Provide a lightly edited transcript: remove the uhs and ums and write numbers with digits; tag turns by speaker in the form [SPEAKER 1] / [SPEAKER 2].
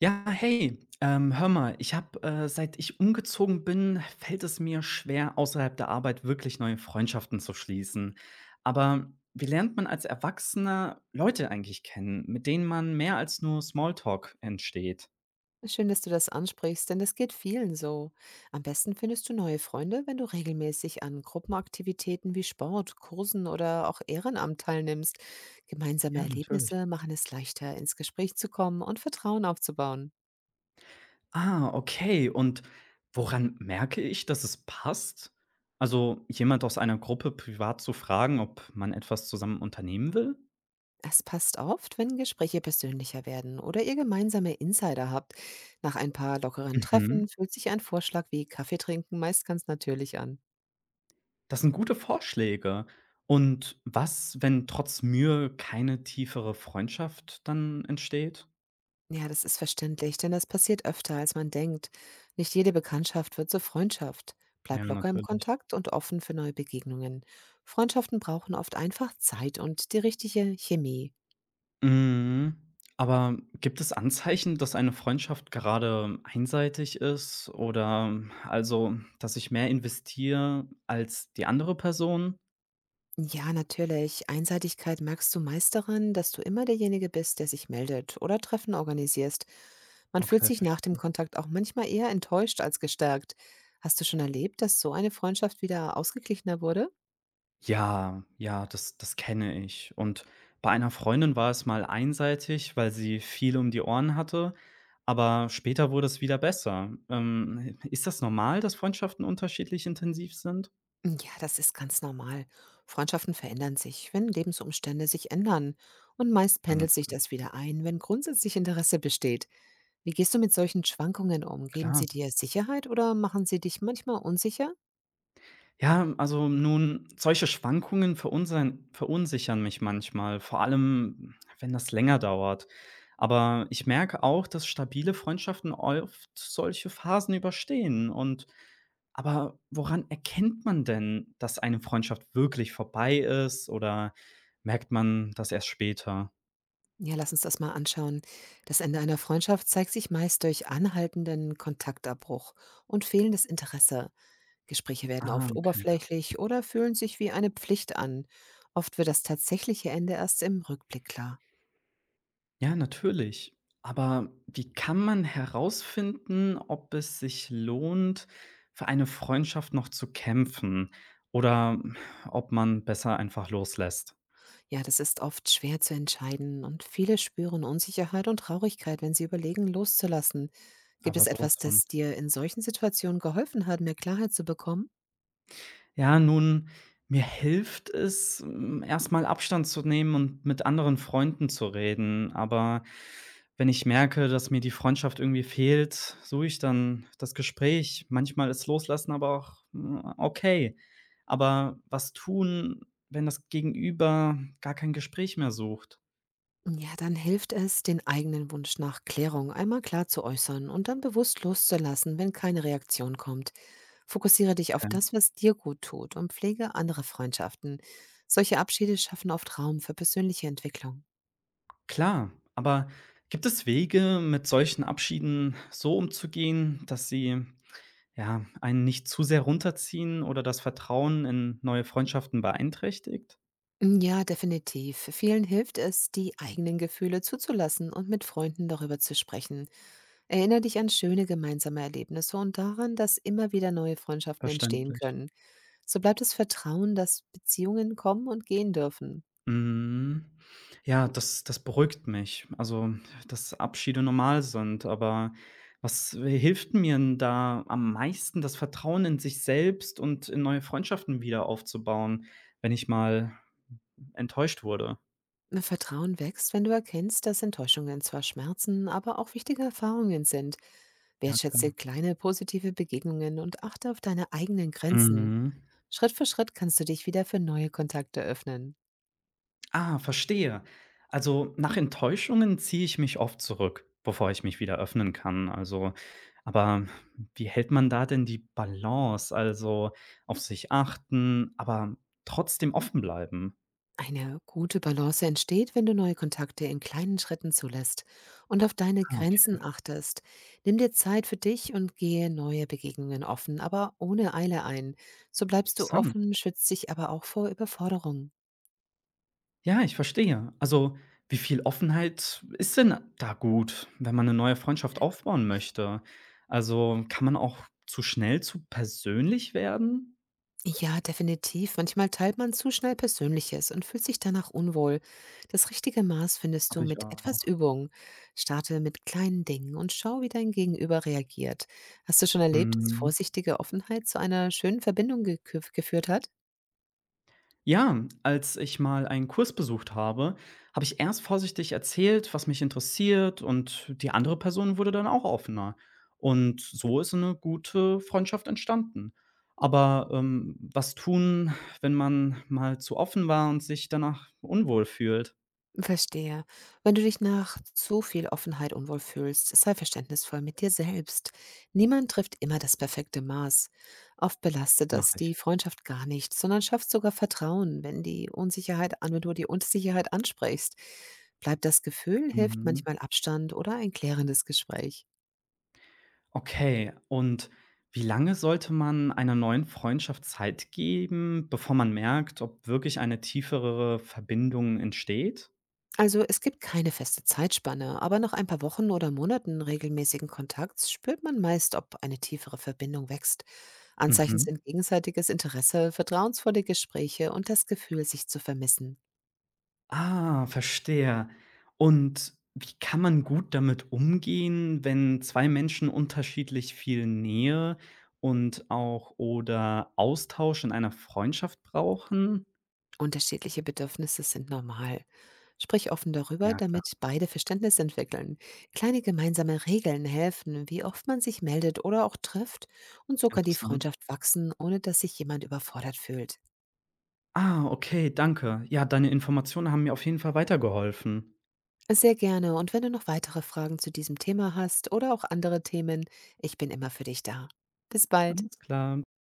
[SPEAKER 1] Ja, hey, hör mal, ich habe, seit ich umgezogen bin, fällt es mir schwer, außerhalb der Arbeit wirklich neue Freundschaften zu schließen. Aber wie lernt man als Erwachsener Leute eigentlich kennen, mit denen man mehr als nur Smalltalk entsteht?
[SPEAKER 2] Schön, dass du das ansprichst, denn das geht vielen so. Am besten findest du neue Freunde, wenn du regelmäßig an Gruppenaktivitäten wie Sport, Kursen oder auch Ehrenamt teilnimmst. Gemeinsame
[SPEAKER 1] Ja, natürlich.
[SPEAKER 2] Erlebnisse machen es leichter, ins Gespräch zu kommen und Vertrauen aufzubauen.
[SPEAKER 1] Ah, okay. Und woran merke ich, dass es passt? Also jemand aus einer Gruppe privat zu fragen, ob man etwas zusammen unternehmen will?
[SPEAKER 2] Es passt oft, wenn Gespräche persönlicher werden oder ihr gemeinsame Insider habt. Nach ein paar lockeren
[SPEAKER 1] Mhm.
[SPEAKER 2] Treffen fühlt sich ein Vorschlag wie Kaffee trinken meist ganz natürlich an.
[SPEAKER 1] Das sind gute Vorschläge. Und was, wenn trotz Mühe keine tiefere Freundschaft dann entsteht?
[SPEAKER 2] Ja, das ist verständlich, denn das passiert öfter, als man denkt. Nicht jede Bekanntschaft wird zur Freundschaft.
[SPEAKER 1] Ja,
[SPEAKER 2] Bleib locker im
[SPEAKER 1] natürlich.
[SPEAKER 2] Kontakt und offen für neue Begegnungen. Freundschaften brauchen oft einfach Zeit und die richtige Chemie.
[SPEAKER 1] Mhm. Aber gibt es Anzeichen, dass eine Freundschaft gerade einseitig ist oder also, dass ich mehr investiere als die andere Person?
[SPEAKER 2] Ja, natürlich. Einseitigkeit merkst du meist daran, dass du immer derjenige bist, der sich meldet oder Treffen organisierst. Man fühlt
[SPEAKER 1] Okay,
[SPEAKER 2] sich nach dem
[SPEAKER 1] verstehe.
[SPEAKER 2] Kontakt auch manchmal eher enttäuscht als gestärkt. Hast du schon erlebt, dass so eine Freundschaft wieder ausgeglichener wurde?
[SPEAKER 1] Ja, ja, das kenne ich. Und bei einer Freundin war es mal einseitig, weil sie viel um die Ohren hatte, aber später wurde es wieder besser. Ist das normal, dass Freundschaften unterschiedlich intensiv sind?
[SPEAKER 2] Ja, das ist ganz normal. Freundschaften verändern sich, wenn Lebensumstände sich ändern. Und meist
[SPEAKER 1] Ja,
[SPEAKER 2] pendelt sich das
[SPEAKER 1] natürlich.
[SPEAKER 2] wieder ein, wenn grundsätzlich Interesse besteht. Wie gehst du mit solchen Schwankungen um? Geben sie
[SPEAKER 1] Klar.
[SPEAKER 2] dir Sicherheit oder machen sie dich manchmal unsicher?
[SPEAKER 1] Ja, also nun, solche Schwankungen verunsern verunsichern mich manchmal, vor allem, wenn das länger dauert. Aber ich merke auch, dass stabile Freundschaften oft solche Phasen überstehen, und aber woran erkennt man denn, dass eine Freundschaft wirklich vorbei ist oder merkt man das erst später?
[SPEAKER 2] Ja, lass uns das mal anschauen. Das Ende einer Freundschaft zeigt sich meist durch anhaltenden Kontaktabbruch und fehlendes Interesse. Gespräche werden
[SPEAKER 1] Ah,
[SPEAKER 2] oft oberflächlich oder fühlen sich wie eine Pflicht an. Oft wird das tatsächliche Ende erst im Rückblick klar.
[SPEAKER 1] ja, natürlich. Aber wie kann man herausfinden, ob es sich lohnt, für eine Freundschaft noch zu kämpfen oder ob man besser einfach loslässt?
[SPEAKER 2] Ja, das ist oft schwer zu entscheiden und viele spüren Unsicherheit und Traurigkeit, wenn sie überlegen, loszulassen. Gibt
[SPEAKER 1] Aber
[SPEAKER 2] es
[SPEAKER 1] sowas
[SPEAKER 2] etwas,
[SPEAKER 1] von.
[SPEAKER 2] das dir in solchen Situationen geholfen hat, mehr Klarheit zu bekommen?
[SPEAKER 1] Ja, nun, mir hilft es, erst Abstand zu nehmen und mit anderen Freunden zu reden. Aber wenn ich merke, dass mir die Freundschaft irgendwie fehlt, suche ich dann das Gespräch. Manchmal ist Loslassen aber auch, okay. Aber was tun, wenn das Gegenüber gar kein Gespräch mehr sucht?
[SPEAKER 2] Ja, dann hilft es, den eigenen Wunsch nach Klärung einmal klar zu äußern und dann bewusst loszulassen, wenn keine Reaktion kommt. Fokussiere dich auf
[SPEAKER 1] Okay.
[SPEAKER 2] das, was dir gut tut, und pflege andere Freundschaften. Solche Abschiede schaffen oft Raum für persönliche Entwicklung.
[SPEAKER 1] Klar, aber gibt es Wege, mit solchen Abschieden so umzugehen, dass sie, ja, einen nicht zu sehr runterziehen oder das Vertrauen in neue Freundschaften beeinträchtigt?
[SPEAKER 2] Ja, definitiv. Vielen hilft es, die eigenen Gefühle zuzulassen und mit Freunden darüber zu sprechen. Erinnere dich an schöne gemeinsame Erlebnisse und daran, dass immer wieder neue Freundschaften entstehen
[SPEAKER 1] Verständlich.
[SPEAKER 2] können. So bleibt das Vertrauen, dass Beziehungen kommen und gehen dürfen.
[SPEAKER 1] Mhm. Ja, das beruhigt mich. Also, dass Abschiede normal sind, aber was hilft mir 'n da am meisten, das Vertrauen in sich selbst und in neue Freundschaften wieder aufzubauen, wenn ich mal enttäuscht wurde?
[SPEAKER 2] Na, Vertrauen wächst, wenn du erkennst, dass Enttäuschungen zwar schmerzen, aber auch wichtige Erfahrungen sind.
[SPEAKER 1] Ja,
[SPEAKER 2] Wertschätze
[SPEAKER 1] klar.
[SPEAKER 2] kleine positive Begegnungen und achte auf deine eigenen Grenzen.
[SPEAKER 1] Mhm.
[SPEAKER 2] Schritt für Schritt kannst du dich wieder für neue Kontakte öffnen.
[SPEAKER 1] Ah, verstehe. Also nach Enttäuschungen ziehe ich mich oft zurück, bevor ich mich wieder öffnen kann. Also, aber wie hält man da denn die Balance? Also auf sich achten, aber trotzdem offen bleiben.
[SPEAKER 2] Eine gute Balance entsteht, wenn du neue Kontakte in kleinen Schritten zulässt und auf deine
[SPEAKER 1] Ah, okay,
[SPEAKER 2] Grenzen achtest. Nimm dir Zeit für dich und gehe neue Begegnungen offen, aber ohne Eile ein. So bleibst du
[SPEAKER 1] interessant.
[SPEAKER 2] offen, schützt dich aber auch vor Überforderung.
[SPEAKER 1] Ja, ich verstehe. Also wie viel Offenheit ist denn da gut, wenn man eine neue Freundschaft aufbauen möchte? Also kann man auch zu schnell zu persönlich werden?
[SPEAKER 2] Ja, definitiv. Manchmal teilt man zu schnell Persönliches und fühlt sich danach unwohl. Das richtige Maß findest du
[SPEAKER 1] Habe ich
[SPEAKER 2] mit
[SPEAKER 1] auch.
[SPEAKER 2] etwas Übung. Starte mit kleinen Dingen und schau, wie dein Gegenüber reagiert. Hast du schon erlebt, dass
[SPEAKER 1] Mhm.
[SPEAKER 2] vorsichtige Offenheit zu einer schönen Verbindung geführt hat?
[SPEAKER 1] Ja, als ich mal einen Kurs besucht habe, habe ich erst vorsichtig erzählt, was mich interessiert, und die andere Person wurde dann auch offener. Und so ist eine gute Freundschaft entstanden. Aber was tun, wenn man mal zu offen war und sich danach unwohl fühlt?
[SPEAKER 2] Verstehe. Wenn du dich nach zu viel Offenheit unwohl fühlst, sei verständnisvoll mit dir selbst. Niemand trifft immer das perfekte Maß. Oft belastet das
[SPEAKER 1] Mache
[SPEAKER 2] die
[SPEAKER 1] ich.
[SPEAKER 2] Freundschaft gar nicht, sondern schafft sogar Vertrauen, wenn wenn du die Unsicherheit ansprichst. Bleibt das Gefühl, hilft
[SPEAKER 1] Mhm.
[SPEAKER 2] manchmal Abstand oder ein klärendes Gespräch.
[SPEAKER 1] Okay, und wie lange sollte man einer neuen Freundschaft Zeit geben, bevor man merkt, ob wirklich eine tiefere Verbindung entsteht?
[SPEAKER 2] Also es gibt keine feste Zeitspanne, aber nach ein paar Wochen oder Monaten regelmäßigen Kontakts spürt man meist, ob eine tiefere Verbindung wächst. Anzeichen
[SPEAKER 1] Mhm.
[SPEAKER 2] sind gegenseitiges Interesse, vertrauensvolle Gespräche und das Gefühl, sich zu vermissen.
[SPEAKER 1] Ah, verstehe. Und wie kann man gut damit umgehen, wenn zwei Menschen unterschiedlich viel Nähe und auch oder Austausch in einer Freundschaft brauchen?
[SPEAKER 2] Unterschiedliche Bedürfnisse sind normal. Sprich offen darüber,
[SPEAKER 1] Ja, klar,
[SPEAKER 2] damit beide Verständnis entwickeln. Kleine gemeinsame Regeln helfen, wie oft man sich meldet oder auch trifft. Und so kann die
[SPEAKER 1] interessant.
[SPEAKER 2] Freundschaft wachsen, ohne dass sich jemand überfordert fühlt.
[SPEAKER 1] Ah, okay, danke. Ja, deine Informationen haben mir auf jeden Fall weitergeholfen.
[SPEAKER 2] Sehr gerne. Und wenn du noch weitere Fragen zu diesem Thema hast oder auch andere Themen, ich bin immer für dich da. Bis bald.
[SPEAKER 1] Alles klar.